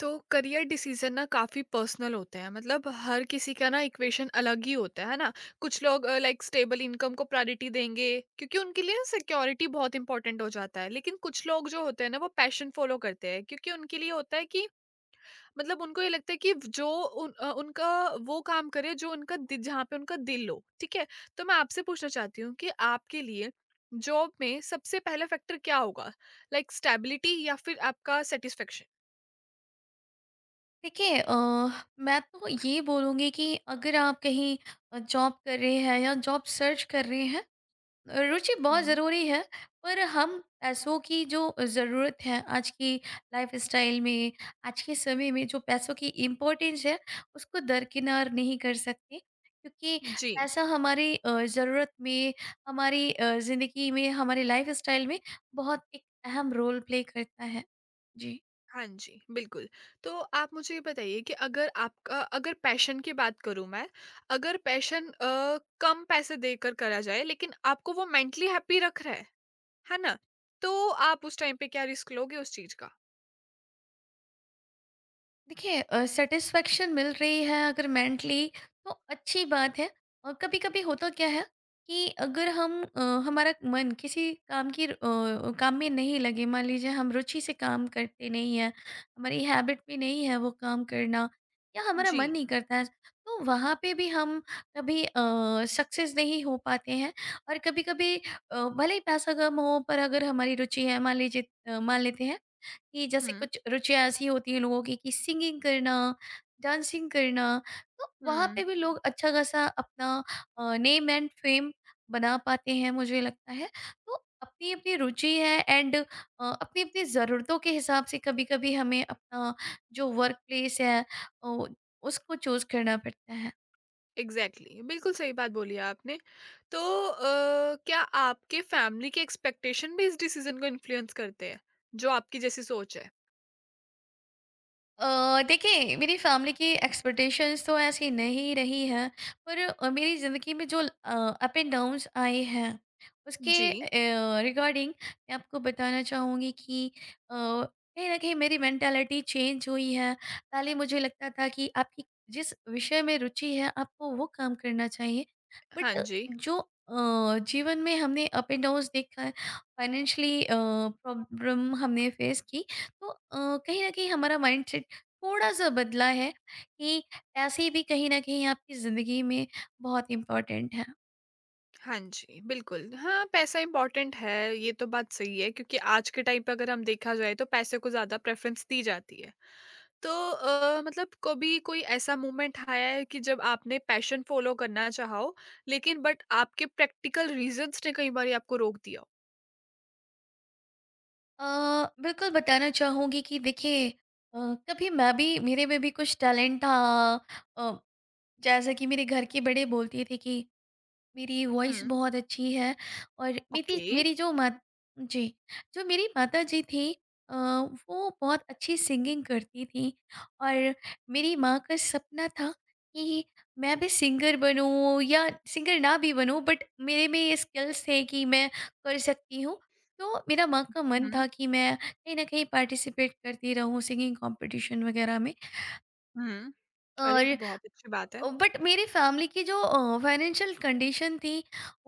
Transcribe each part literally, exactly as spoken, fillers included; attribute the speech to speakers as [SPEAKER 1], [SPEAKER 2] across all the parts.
[SPEAKER 1] तो career decision ना काफ़ी पर्सनल होते हैं। मतलब हर किसी का ना इक्वेशन अलग ही होता है है ना? कुछ लोग लाइक स्टेबल इनकम को प्रायोरिटी देंगे। क्योंकि उनके लिए सिक्योरिटी बहुत इंपॉर्टेंट हो जाता है। लेकिन कुछ लोग जो होते हैं ना, वो पैशन फॉलो करते हैं, क्योंकि उनके लिए होता है कि मतलब उनको ये लगता है कि जो उन, अ, उनका वो काम करे, जो उनका दि- जहाँ पे उनका दिल हो। ठीक है। तो मैं आपसे पूछना चाहती हूँ कि आपके लिए जॉब में सबसे पहला फैक्टर क्या होगा, लाइक स्टेबिलिटी या फिर आपका सेटिस्फेक्शन?
[SPEAKER 2] देखिए अ, मैं तो ये बोलूँगी कि अगर आप कहीं अ, जॉब कर रहे हैं या जॉब सर्च कर रहे हैं, अ, रुचि बहुत
[SPEAKER 1] हम्म।
[SPEAKER 2] ज़रूरी है, पर हम पैसों की जो ज़रूरत है आज की लाइफ़स्टाइल में, आज के समय में जो पैसों की इम्पोर्टेंस है, उसको दरकिनार नहीं कर सकते। क्योंकि
[SPEAKER 1] जी।
[SPEAKER 2] पैसा हमारी अ, ज़रूरत में, हमारी अ, ज़िंदगी में, हमारी लाइफ़स्टाइल में बहुत एक अहम रोल प्ले करता है। जी।
[SPEAKER 1] हाँ जी, बिल्कुल। तो आप मुझे ये बताइए कि अगर आपका अगर पैशन की बात करूँ मैं, अगर पैशन अ, कम पैसे देकर करा जाए लेकिन आपको वो मेंटली हैप्पी रख रहा है, है ना? तो आप उस टाइम पे क्या रिस्क लोगे उस चीज़ का?
[SPEAKER 2] देखिए अ, सेटिस्फेक्शन मिल रही है अगर मेंटली तो अच्छी बात है। और कभी कभी होता क्या है कि अगर हम अ, हमारा मन किसी काम की र- अ, काम में नहीं लगे। मान लीजिए हम रुचि से काम करते नहीं है। हमारी हैबिट में नहीं है वो काम करना या हमारा
[SPEAKER 1] जी।
[SPEAKER 2] मन नहीं करता है। तो वहाँ पे भी हम कभी सक्सेस नहीं हो पाते हैं। और कभी कभी भले ही पैसा कम हो पर अगर हमारी रुचि है। मान लीजिए, अ, मान लेते हैं कि जैसे
[SPEAKER 1] हुँ,
[SPEAKER 2] कुछ रुचियाँ ऐसी होती हैं लोगों की कि सिंगिंग करना, डांसिंग करना, तो वहाँ
[SPEAKER 1] हुँ।
[SPEAKER 2] पे भी लोग अच्छा खासा अपना अ, नेम एंड फेम बना पाते हैं मुझे लगता है। तो अपनी-अपनी रुचि है एंड अ, अपनी-अपनी ज़रूरतों के हिसाब से कभी-कभी हमें अपना जो वर्क प्लेस है अ, उसको चूज़ करना पड़ता है।
[SPEAKER 1] एग्ज़ैक्टली, बिल्कुल सही बात बोली है आपने। तो अ, क्या आपके फैमिली के एक्सपेक्टेशन भी इस डिसीज़न को इन्फ्लुएंस करते हैं, जो आपकी जैसी सोच है?
[SPEAKER 2] अ, देखिए मेरी फैमिली की एक्सपेक्टेशंस तो ऐसी नहीं रही हैं पर अ, मेरी ज़िंदगी में जो अप एंड डाउन्स आए हैं
[SPEAKER 1] जी।
[SPEAKER 2] उसके रिगार्डिंग मैं आपको बताना चाहूँगी कि अ, कहीं ना कहीं मेरी मेंटालिटी चेंज हुई है। पहले मुझे लगता था कि आपकी जिस विषय में रुचि है आपको वो काम करना चाहिए।
[SPEAKER 1] हाँ
[SPEAKER 2] बट
[SPEAKER 1] जी।
[SPEAKER 2] जो अ, जीवन में हमने अप एंड डाउन्स देखा है, फाइनेंशियली प्रॉब्लम हमने फेस की, तो अ, कहीं ना कहीं हमारा माइंड थोड़ा-सा बदला है कि पैसे भी कहीं न कहीं आपकी ज़िंदगी में बहुत इम्पोर्टेंट हैं।
[SPEAKER 1] हाँ जी, बिल्कुल। हाँ, पैसा इम्पोर्टेंट है, ये तो बात सही है क्योंकि आज के टाइम पे अगर हम देखा जाए तो पैसे को ज़्यादा प्रेफ़रेंस दी जाती है। तो अ, मतलब कभी कोई ऐसा मोमेंट आया है कि जब आपने पैशन फ़ॉलो करना चाहा हो, लेकिन बट आपके प्रैक्टिकल रीज़न्स ने कई बारी आपको रोक दिया हो?
[SPEAKER 2] अ, बिल्कुल बताना चाहूँगी कि देखिए अ, कभी मैं भी मेरे में भी कुछ टैलेंट था। अ, जैसा कि मेरे घर के बड़े बोलते थे कि मेरी वॉइस
[SPEAKER 1] हुँ,
[SPEAKER 2] बहुत अच्छी है। और मेरी
[SPEAKER 1] ओके।
[SPEAKER 2] मेरी जो मात जी, जो मेरी माताजी थीं, अ, वो बहुत अच्छी सिंगिंग करती थीं। और मेरी माँ का सपना था कि मैं भी सिंगर बनूँ या सिंगर ना भी बनूँ बट मेरे में ये स्किल्स थे कि मैं कर सकती हूँ। तो मेरा माँ का मन
[SPEAKER 1] हुँ,
[SPEAKER 2] था कि मैं कहीं न कहीं पार्टिसिपेट करती रहूँ सिंगिंग कॉम्पिटिशन वगैरह में।
[SPEAKER 1] हुँ। अरे! ये
[SPEAKER 2] और
[SPEAKER 1] तो बहुत अच्छी बात है।
[SPEAKER 2] बट मेरी फैमिली की जो फाइनेंशियल कंडीशन थी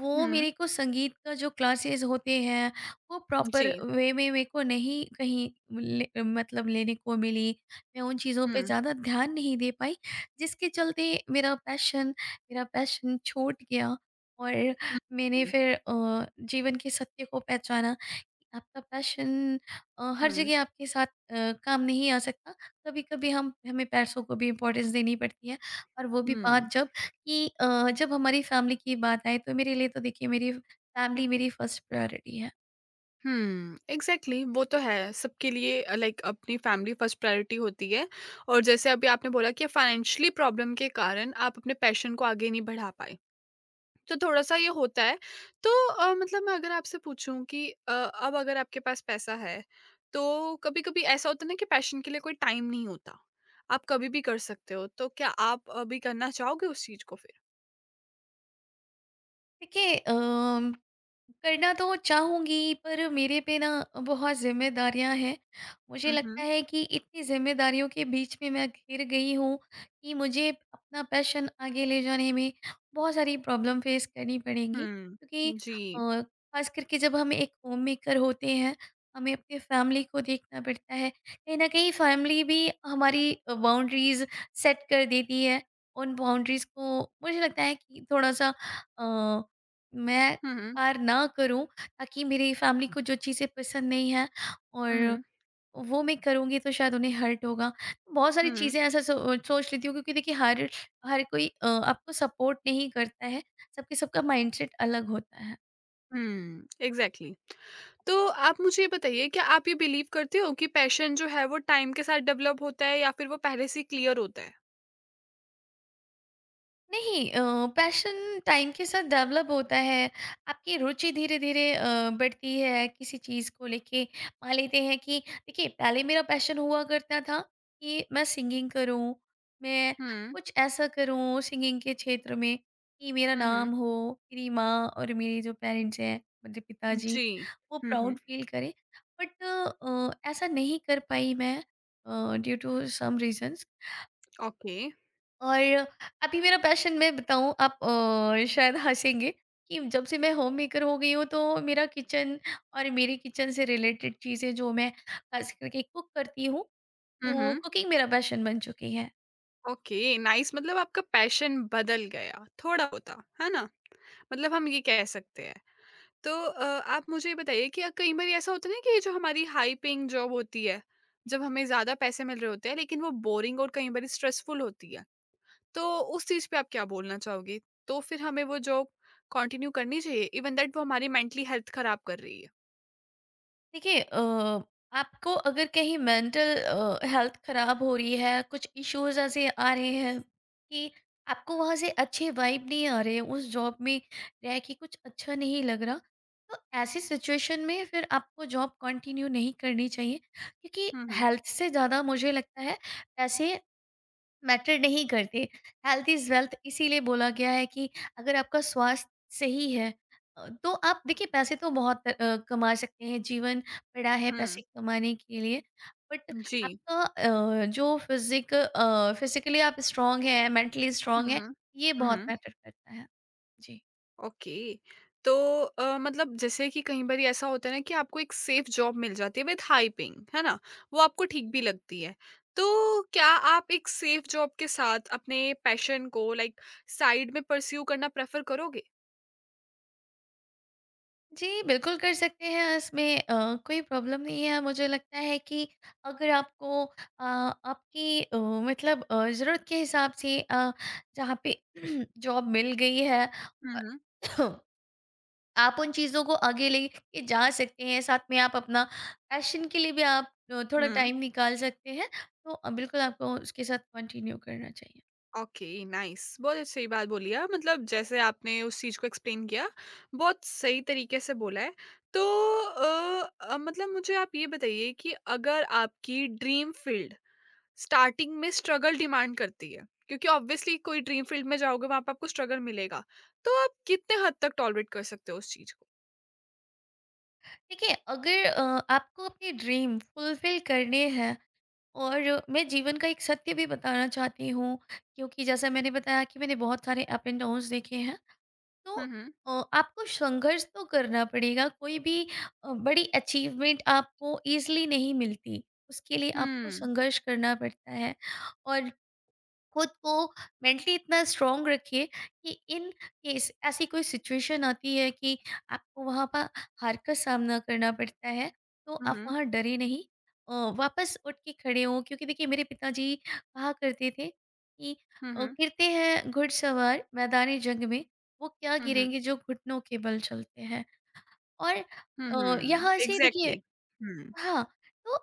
[SPEAKER 2] वो
[SPEAKER 1] हुँ,
[SPEAKER 2] मेरे को संगीत का जो क्लासेस होते हैं वो प्रॉपर
[SPEAKER 1] जी।
[SPEAKER 2] वे में मेरे को नहीं कहीं ले, मतलब लेने को मिली। मैं उन चीज़ों पे
[SPEAKER 1] हुँ।
[SPEAKER 2] ज़्यादा ध्यान नहीं दे पाई, जिसके चलते मेरा पैशन मेरा पैशन छूट गया। और
[SPEAKER 1] हुँ।
[SPEAKER 2] मैंने
[SPEAKER 1] हुँ।
[SPEAKER 2] फिर अ, जीवन के सत्य को पहचाना। आपका पैशन अ, हर
[SPEAKER 1] हुँ।
[SPEAKER 2] जगह आपके साथ अ, काम नहीं आ सकता। कभी-कभी हम हमें पैसों को भी इम्पोर्टेंस देनी पड़ती है। और वो भी
[SPEAKER 1] हुँ।
[SPEAKER 2] बात जब कि अ, जब हमारी फैमिली की बात आए तो मेरे लिए तो देखिए मेरी फैमिली मेरी फर्स्ट प्रायोरिटी है।
[SPEAKER 1] हम्म, एग्जैक्टली exactly, वो तो है सबके लिए, लाइक अपनी फैमिली फर्स्ट प्रायोरिटी होती है। और जैसे अभी आपने बोला कि फाइनेंशियली प्रॉब्लम के कारण आप अपने पैशन को आगे नहीं बढ़ा पाए, तो थोड़ा सा ये होता है। तो अ, मतलब मैं अगर आपसे पूछूं कि अ, अब अगर आपके पास पैसा है, तो कभी कभी ऐसा होता है ना कि पैशन के लिए कोई टाइम नहीं होता, आप कभी भी कर सकते हो, तो क्या आप अभी करना चाहोगे उस चीज को फिर?
[SPEAKER 2] देखिए अ करना तो चाहूँगी पर मेरे पे ना बहुत ज़िम्मेदारियाँ हैं। मुझे
[SPEAKER 1] हम्म।
[SPEAKER 2] लगता
[SPEAKER 1] हम्म।
[SPEAKER 2] है कि इतनी ज़िम्मेदारियों के बीच में मैं घिर गई हूँ कि मुझे अपना पैशन आगे ले जाने में बहुत सारी प्रॉब्लम फेस करनी पड़ेंगी। क्योंकि
[SPEAKER 1] हम्म, जी।
[SPEAKER 2] अ, ख़ास करके जब हम एक होममेकर होते हैं, हमें अपनी फैमिली को देखना पड़ता है। कहीं न कहीं फैमिली भी हमारी अ, बाउंड्रीज़ सेट कर देती है। उन बाउंड्रीज़ को मुझे लगता है कि थोड़ा-सा अ, मैं
[SPEAKER 1] हम्म।
[SPEAKER 2] पार ना करूँ ताकि मेरी फैमिली को जो चीज़ें पसंद नहीं है और
[SPEAKER 1] हम्म।
[SPEAKER 2] वो मैं करूँगी तो शायद उन्हें हर्ट होगा। बहुत सारी
[SPEAKER 1] हम्म।
[SPEAKER 2] चीज़ें ऐसा सो सोच लेती हूँ क्योंकि देखिए हर हर कोई अ, आपको सपोर्ट नहीं करता है। सबके सबका माइंडसेट अलग होता है।
[SPEAKER 1] हुँ, एग्ज़ैक्टली। तो आप मुझे ये बताइए, क्या आप ये बिलीव करते हो कि पैशन जो है वो टाइम के साथ डेवलप होता है या फिर वो पहले से ही क्लियर होता है?
[SPEAKER 2] नहीं, अ, पैशन टाइम के साथ डेवलप होता है। आपकी रुचि धीरे धीरे अ, बढ़ती है किसी चीज़ को लेके। मान लेते हैं कि देखिए पहले मेरा पैशन हुआ करता था कि मैं सिंगिंग करूं, मैं
[SPEAKER 1] हुँ।
[SPEAKER 2] कुछ ऐसा करूं सिंगिंग के क्षेत्र में कि मेरा
[SPEAKER 1] हुँ। हुँ।
[SPEAKER 2] नाम हो, मेरी माँ और मेरे जो पेरेंट्स हैं मेरे पिताजी
[SPEAKER 1] जी।
[SPEAKER 2] वो
[SPEAKER 1] हुँ,
[SPEAKER 2] प्राउड
[SPEAKER 1] हुँ।
[SPEAKER 2] फील करें। बट ऐसा नहीं कर पाई मैं, due to some reasons.
[SPEAKER 1] Okay.
[SPEAKER 2] और अभी मेरा पैशन मैं बताऊँ, आप अ, शायद हँसेंगे कि जब से मैं होम मेकर हो गई हूँ तो मेरा किचन और मेरी किचन से रिलेटेड चीज़ें जो मैं खास करके कुक करती हूँ
[SPEAKER 1] हुँ,
[SPEAKER 2] वो
[SPEAKER 1] हुँ।
[SPEAKER 2] कुकिंग मेरा पैशन बन चुकी है।
[SPEAKER 1] Okay, nice. मतलब आपका पैशन बदल गया, थोड़ा-बहुत, है ना? मतलब हम ये कह सकते हैं। तो अ, आप मुझे ये बताइए कि अ, कई बारी ऐसा होता है ना कि जो हमारी हाई पेइंग जॉब होती है, जब हमें ज़्यादा पैसे मिल रहे होते हैं लेकिन वो बोरिंग और कई बारी स्ट्रेसफुल होती है। तो उस चीज़ पे आप क्या बोलना चाहोगे? तो फिर हमें वो जॉब कंटिन्यू करनी चाहिए इवन दैट वो हमारी मेंटली हेल्थ खराब कर रही है।
[SPEAKER 2] देखिए अ, आपको अगर कहीं मेंटल हेल्थ खराब हो रही है, कुछ इश्यूज ऐसे आ रहे हैं कि आपको वहां से अच्छे वाइब नहीं आ रहे, उस जॉब में रह के कुछ अच्छा नहीं लग रहा, तो ऐसी सिचुएशन में फिर आपको जॉब कंटिन्यू नहीं करनी चाहिए क्योंकि
[SPEAKER 1] हुँ, हुँ।
[SPEAKER 2] हेल्थ से ज़्यादा मुझे लगता है पैसे मैटर नहीं करते। हेल्थ इज़ वेल्थ इसीलिए बोला गया है कि अगर आपका स्वास्थ्य सही है, अ, तो आप देखिए पैसे तो बहुत अ, कमा सकते हैं, जीवन पड़ा है
[SPEAKER 1] हुँ।
[SPEAKER 2] पैसे कमाने के लिए। बट
[SPEAKER 1] जी।
[SPEAKER 2] आपका अ, जो फ़िज़िक अ, फ़िज़िकली आप स्ट्रॉन्ग हैं, मेंटली स्ट्रॉन्ग हैं,
[SPEAKER 1] हुँ,
[SPEAKER 2] ये बहुत
[SPEAKER 1] हुँ।
[SPEAKER 2] मैटर करता है। जी।
[SPEAKER 1] ओके। तो अ, मतलब जैसे कि कई बारी ऐसा होता है ना कि आपको एक सेफ़ जॉब मिल जाती है विथ हाई पेइंग, है ना? वो आपको ठीक भी लगती है। तो क्या आप एक सेफ़ जॉब के साथ अपने पैशन को लाइक साइड में परस्यू करना प्रेफ़र करोगे?
[SPEAKER 2] जी, बिल्कुल कर सकते हैं, इसमें अ, कोई प्रॉब्लम नहीं है। मुझे लगता है कि अगर आपको अ, आपकी अ, मतलब अ, ज़रूरत के हिसाब से अ, जहाँ पे जॉब मिल गई है,
[SPEAKER 1] हुँ,
[SPEAKER 2] अ,
[SPEAKER 1] हुँ।
[SPEAKER 2] आप उन चीज़ों को आगे लेके जा सकते हैं। साथ में आप अपना पैशन के लिए भी आप अ, थोड़ा
[SPEAKER 1] हुँ।
[SPEAKER 2] टाइम निकाल सकते हैं। तो अ, बिल्कुल आपको उसके साथ कंटिन्यू करना चाहिए।
[SPEAKER 1] ओके नाइस, बहुत अच्छी बात बोली है, मतलब जैसे आपने उस चीज को एक्सप्लेन किया, बहुत सही तरीके से बोला है। तो अ, अ, मतलब मुझे आप ये बताइए कि अगर आपकी ड्रीम फील्ड स्टार्टिंग में स्ट्रगल डिमांड करती है, क्योंकि ऑब्वियसली कोई ड्रीम फील्ड में जाओगे वहां पर आपको स्ट्रगल मिलेगा, तो आप कितने हद तक टॉलरेट कर सकते हो उस चीज को?
[SPEAKER 2] देखिए, अगर अ, आपको अपने ड्रीम फुलफ़िल करने हैं और मैं जीवन का एक सत्य भी बताना चाहती हूँ, क्योंकि जैसा मैंने बताया कि मैंने बहुत सारे अप एंड डाउन्स देखे हैं, तो
[SPEAKER 1] हम्म।
[SPEAKER 2] अ, आपको संघर्ष तो करना पड़ेगा। कोई भी अ, बड़ी अचीवमेंट आपको इजीली नहीं मिलती, उसके लिए आपको
[SPEAKER 1] हम्म।
[SPEAKER 2] संघर्ष करना पड़ता है। और खुद को मेंटली इतना स्ट्रांग रखिए कि इन केस ऐसी कोई सिचुएशन आती है कि आपको वहाँ पर हार का सामना करना पड़ता है, तो आप
[SPEAKER 1] हम्म।
[SPEAKER 2] वहाँ डरे नहीं, अ, वापस उठ के खड़े हों। क्योंकि देखिए मेरे पिताजी कहा करते थे कि अ,
[SPEAKER 1] हम्म।
[SPEAKER 2] गिरते हैं घुड़सवार मैदानी जंग में, वो क्या
[SPEAKER 1] हम्म।
[SPEAKER 2] गिरेंगे जो घुटनों के बल चलते हैं। और
[SPEAKER 1] हम्म।
[SPEAKER 2] अ, यहाँ
[SPEAKER 1] हम्म,
[SPEAKER 2] से देखिए।
[SPEAKER 1] एग्जैक्टली। हम्म।
[SPEAKER 2] हाँ, तो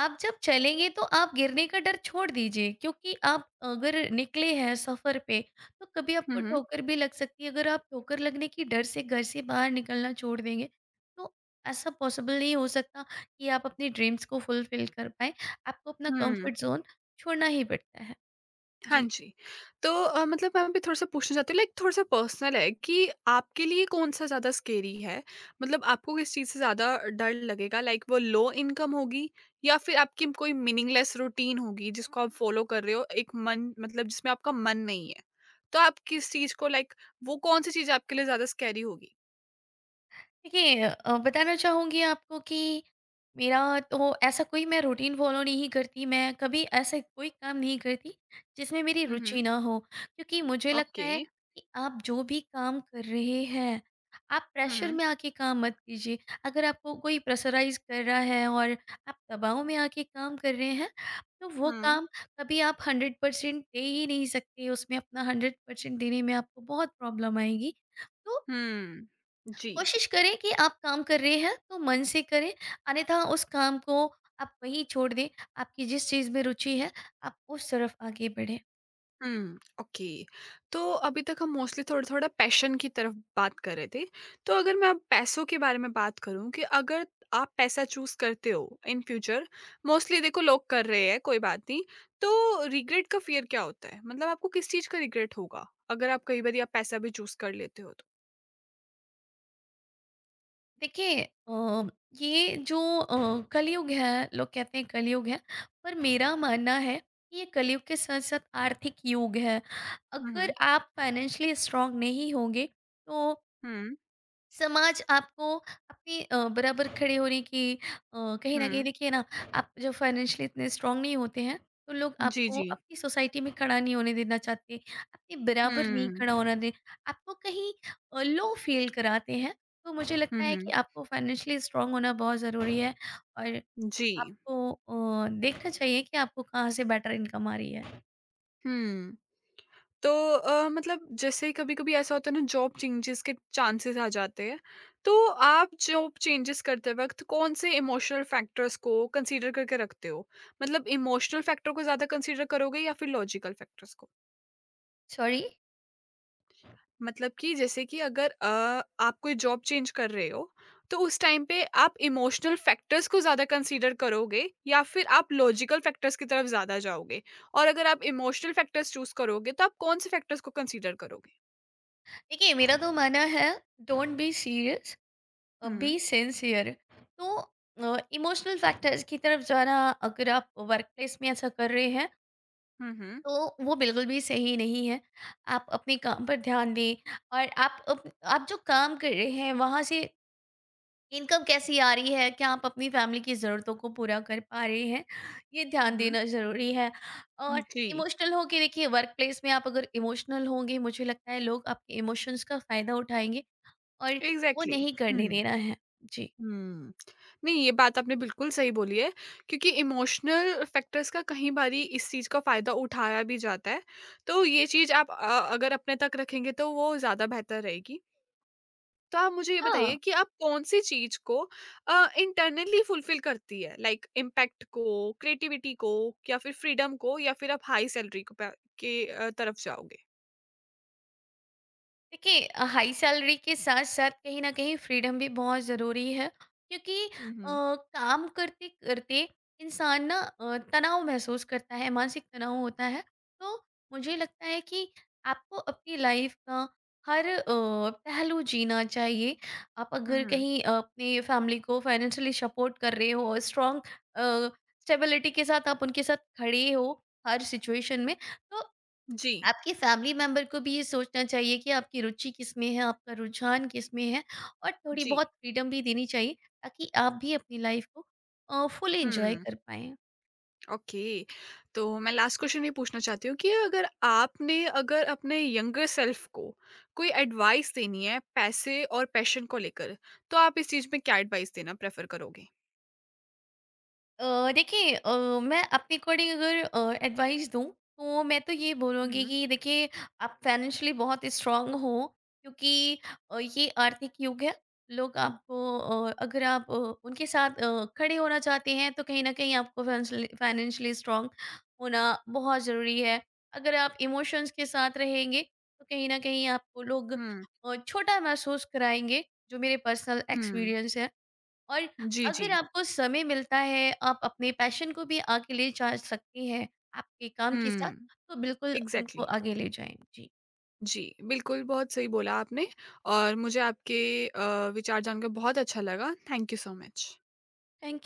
[SPEAKER 2] आप जब चलेंगे तो आप गिरने का डर छोड़ दीजिए, क्योंकि आप अगर निकले हैं सफ़र पे तो कभी आपको
[SPEAKER 1] हम्म।
[SPEAKER 2] ठोकर भी लग सकती है। अगर आप ठोकर लगने की डर से घर से बाहर निकलना छोड़ देंगे तो ऐसा पॉसिबल नहीं हो सकता कि आप अपने ड्रीम्स को फुलफ़िल कर पाएँ। आपको अपना
[SPEAKER 1] हम्म।
[SPEAKER 2] कंफर्ट ज़ोन छोड़ना ही पड़ता है।
[SPEAKER 1] हाँ
[SPEAKER 2] जी।
[SPEAKER 1] जी। तो अ, मतलब मैं अभी थोड़ा-सा पूछना चाहती हूँ, लाइक थोड़ा-सा पर्सनल है, कि आपके लिए कौन-सा ज़्यादा स्केरी है? मतलब आपको किस चीज़ से ज़्यादा डर लगेगा, लाइक वो लो इनकम होगी या फिर आपकी कोई मीनिंगलेस रूटीन होगी जिसको आप फ़ॉलो कर रहे हो, एक मन मतलब जिसमें आपका मन नहीं है? तो आप किस चीज़ को लाइक वो कौन-सी चीज़ आपके लिए ज़्यादा स्केरी होगी?
[SPEAKER 2] देखिए अ, बताना चाहूँगी आपको कि मेरा तो ऐसा कोई मैं रूटीन फॉलो नहीं करती, मैं कभी ऐसा कोई काम नहीं करती जिसमें मेरी
[SPEAKER 1] हुँ,
[SPEAKER 2] रुचि
[SPEAKER 1] हुँ।
[SPEAKER 2] ना हो। क्योंकि मुझे लगता
[SPEAKER 1] ओके।
[SPEAKER 2] है कि आप जो भी काम कर रहे हैं, आप
[SPEAKER 1] हुँ,
[SPEAKER 2] प्रेशर
[SPEAKER 1] हुँ।
[SPEAKER 2] में आके काम मत कीजिए। अगर आपको कोई प्रेशराइज़ कर रहा है और आप दबाव में आके काम कर रहे हैं, तो वो
[SPEAKER 1] हुँ।
[SPEAKER 2] काम कभी आप हंड्रेड परसेंट दे ही नहीं सकते, उसमें अपना हंड्रेड परसेंट देने में आपको बहुत प्रॉब्लम आएगी। तो
[SPEAKER 1] हुँ। जी।
[SPEAKER 2] कोशिश करें कि आप काम कर रहे हैं तो मन से करें, अन्यथा उस काम को आप वहीं छोड़ दें। आपकी जिस चीज़ में रुचि है आप उस तरफ आगे बढ़ें।
[SPEAKER 1] हुँ, ओके। तो अभी तक हम मोस्टली थोड़ा-थोड़ा पैशन की तरफ बात कर रहे थे। तो अगर मैं अब पैसों के बारे में बात करूँ कि अगर आप पैसा चूज़ करते हो इन फ्यूचर, मोस्टली देखो लोग कर रहे हैं, कोई बात नहीं, तो रिग्रेट का फ़ियर क्या होता है? मतलब आपको किस चीज़ का रिग्रेट होगा, अगर आप कई बारी आप पैसा भी चूज़ कर लेते हो तो?
[SPEAKER 2] देखिए अ, ये जो अ, कलयुग है, लोग कहते हैं कलयुग है, पर मेरा मानना है कि ये कलयुग के साथ साथ आर्थिक युग है।
[SPEAKER 1] हुँ,
[SPEAKER 2] अगर
[SPEAKER 1] हुँ।
[SPEAKER 2] आप फाइनेंशियली स्ट्रांग नहीं होंगे तो
[SPEAKER 1] हुँ,
[SPEAKER 2] समाज आपको अपने अ, बराबर खड़े होने की अ, कहीं ना कहीं
[SPEAKER 1] हुँ।
[SPEAKER 2] देखिए ना, आप जो फाइनेंशियली इतने स्ट्रांग नहीं होते हैं तो लोग
[SPEAKER 1] जी,
[SPEAKER 2] आपको
[SPEAKER 1] जी।
[SPEAKER 2] अपनी सोसाइटी में खड़ा नहीं होने देना चाहते, अपने बराबर नहीं
[SPEAKER 1] हुँ।
[SPEAKER 2] खड़ा होना दे, आपको कहीं लो फील कराते हैं। तो मुझे
[SPEAKER 1] हुँ,
[SPEAKER 2] लगता है कि
[SPEAKER 1] हुँ।
[SPEAKER 2] आपको फाइनेंशियली स्ट्रांग होना बहुत ज़रूरी है। और
[SPEAKER 1] जी।
[SPEAKER 2] आपको अ, देखना चाहिए कि आपको कहाँ से बेटर इनकम आ रही है।
[SPEAKER 1] हुँ। तो अ, मतलब जैसे कभी-कभी ऐसा होता है ना, जॉब चेंजेस के चांसेस आ जाते हैं। तो आप जॉब चेंजेस करते वक़्त कौन-से इमोशनल फैक्टर्स को कंसीडर करके रखते हो? मतलब इमोशनल फैक्टर को ज़्यादा कंसीडर करोगे या फिर लॉजिकल फैक्टर्स को?
[SPEAKER 2] सॉरी।
[SPEAKER 1] मतलब कि जैसे कि अगर अ, आप कोई जॉब चेंज कर रहे हो, तो उस टाइम पे आप इमोशनल फैक्टर्स को ज़्यादा कंसीडर करोगे या फिर आप लॉजिकल फैक्टर्स की तरफ ज़्यादा जाओगे? और अगर आप इमोशनल फैक्टर्स चूज़ करोगे तो आप कौन-से फैक्टर्स को कंसीडर करोगे?
[SPEAKER 2] देखिए मेरा तो मानना है, डोंट बी सीरियस,
[SPEAKER 1] हुँ,
[SPEAKER 2] बी सिंसियर। तो इमोशनल फैक्टर्स की तरफ जाना, अगर आप वर्क प्लेस में ऐसा कर रहे हैं,
[SPEAKER 1] हुँ, हुँ।
[SPEAKER 2] तो वो बिल्कुल भी सही नहीं है। आप अपने काम पर ध्यान दें और आप अप, आप जो काम कर रहे हैं वहाँ से इनकम कैसी आ रही है, क्या आप अपनी फैमिली की ज़रूरतों को पूरा कर पा रहे हैं, ये ध्यान
[SPEAKER 1] हम्म,
[SPEAKER 2] देना ज़रूरी है। और
[SPEAKER 1] जी,
[SPEAKER 2] इमोशनल हो के देखिए, वर्क प्लेस में आप अगर इमोशनल होंगे मुझे लगता है लोग आपके इमोशंस का फ़ायदा उठाएंगे, और वो
[SPEAKER 1] एग्ज़ैक्टली।
[SPEAKER 2] नहीं करने
[SPEAKER 1] हुँ,
[SPEAKER 2] देना है। जी।
[SPEAKER 1] हुँ। नहीं, ये बात आपने बिल्कुल सही बोली है, क्योंकि इमोशनल फैक्टर्स का कहीं बारी इस चीज़ का फ़ायदा उठाया भी जाता है। तो ये चीज़ आप, अ, अगर अपने तक रखेंगे तो वो ज़्यादा बेहतर रहेगी। तो आप मुझे ये
[SPEAKER 2] हाँ।
[SPEAKER 1] बताइए कि आप कौन-सी चीज़ को अ, इंटरनली फुलफ़िल करती है? लाइक इम्पैक्ट को, क्रिएटिविटी को, या फिर फ्रीडम को, या फिर आप हाई सैलरी को पे के अ, तरफ जाओगे?
[SPEAKER 2] देखिए अ, हाई सैलरी के साथ साथ कहीं न कहीं फ्रीडम भी बहुत ज़रूरी है, क्योंकि अ,
[SPEAKER 1] हुँ, हुँ।
[SPEAKER 2] काम करते-करते इंसान ना अ, तनाव महसूस करता है, मानसिक तनाव होता है। तो मुझे लगता है कि आपको अपनी लाइफ़ का हर अ, पहलू जीना चाहिए। आप अगर
[SPEAKER 1] हुँ,
[SPEAKER 2] कहीं अ, अपनी फैमिली को फाइनेंशियली सपोर्ट कर रहे हो और स्ट्रॉन्ग अ, स्टेबिलिटी के साथ आप उनके साथ खड़े हो हर सिचुएशन में, तो
[SPEAKER 1] जी,
[SPEAKER 2] आपके फैमिली मेंबर को भी ये सोचना चाहिए कि आपकी रुचि किसमें है, आपका रुझान किसमें है, और थोड़ी
[SPEAKER 1] जी।
[SPEAKER 2] बहुत फ्रीडम भी देनी चाहिए, ताकि आप भी अपनी लाइफ को अ, फुल एन्जॉय
[SPEAKER 1] हुँ।
[SPEAKER 2] कर पाएँ।
[SPEAKER 1] ओके। तो मैं लास्ट क्वेश्चन ये पूछना चाहती हूँ कि अगर आपने अगर अपने यंगर सेल्फ को कोई एडवाइस देनी है पैसे और पैशन को लेकर, तो आप इस चीज में क्या एडवाइस देना प्रेफर करोगे?
[SPEAKER 2] अ, देखिए अ, मैं अपने अकॉर्डिंग अगर एडवाइस दूं तो मैं तो ये बोलूँगी
[SPEAKER 1] हम्म।
[SPEAKER 2] कि देखिए आप फाइनेंशियली बहुत स्ट्रांग हो, क्योंकि अ, ये आर्थिक युग है। लोग आपको अ, अगर आप अ, उनके साथ अ, खड़े होना चाहते हैं तो कहीं ना कहीं आपको फाइनेंशियली स्ट्रांग होना बहुत ज़रूरी है। अगर आप इमोशंस के साथ रहेंगे तो कहीं ना कहीं आपको लोग
[SPEAKER 1] हम्म।
[SPEAKER 2] अ, छोटा महसूस कराएंगे, जो मेरे पर्सनल
[SPEAKER 1] हम्म।
[SPEAKER 2] एक्सपीरियंस है। और
[SPEAKER 1] जी, जी।
[SPEAKER 2] अगर आपको समय मिलता है, आप अपने पैशन को भी आगे ले जा सकती हैं आपके काम के साथ,
[SPEAKER 1] हम्म,
[SPEAKER 2] तो बिल्कुल उनको
[SPEAKER 1] एग्जैक्टली।
[SPEAKER 2] आगे ले जाएँ। जी,
[SPEAKER 1] जी, बिल्कुल, बहुत सही बोला आपने, और मुझे आपके अ, विचार जानकर बहुत अच्छा लगा। Thank you so much.
[SPEAKER 2] Thank you.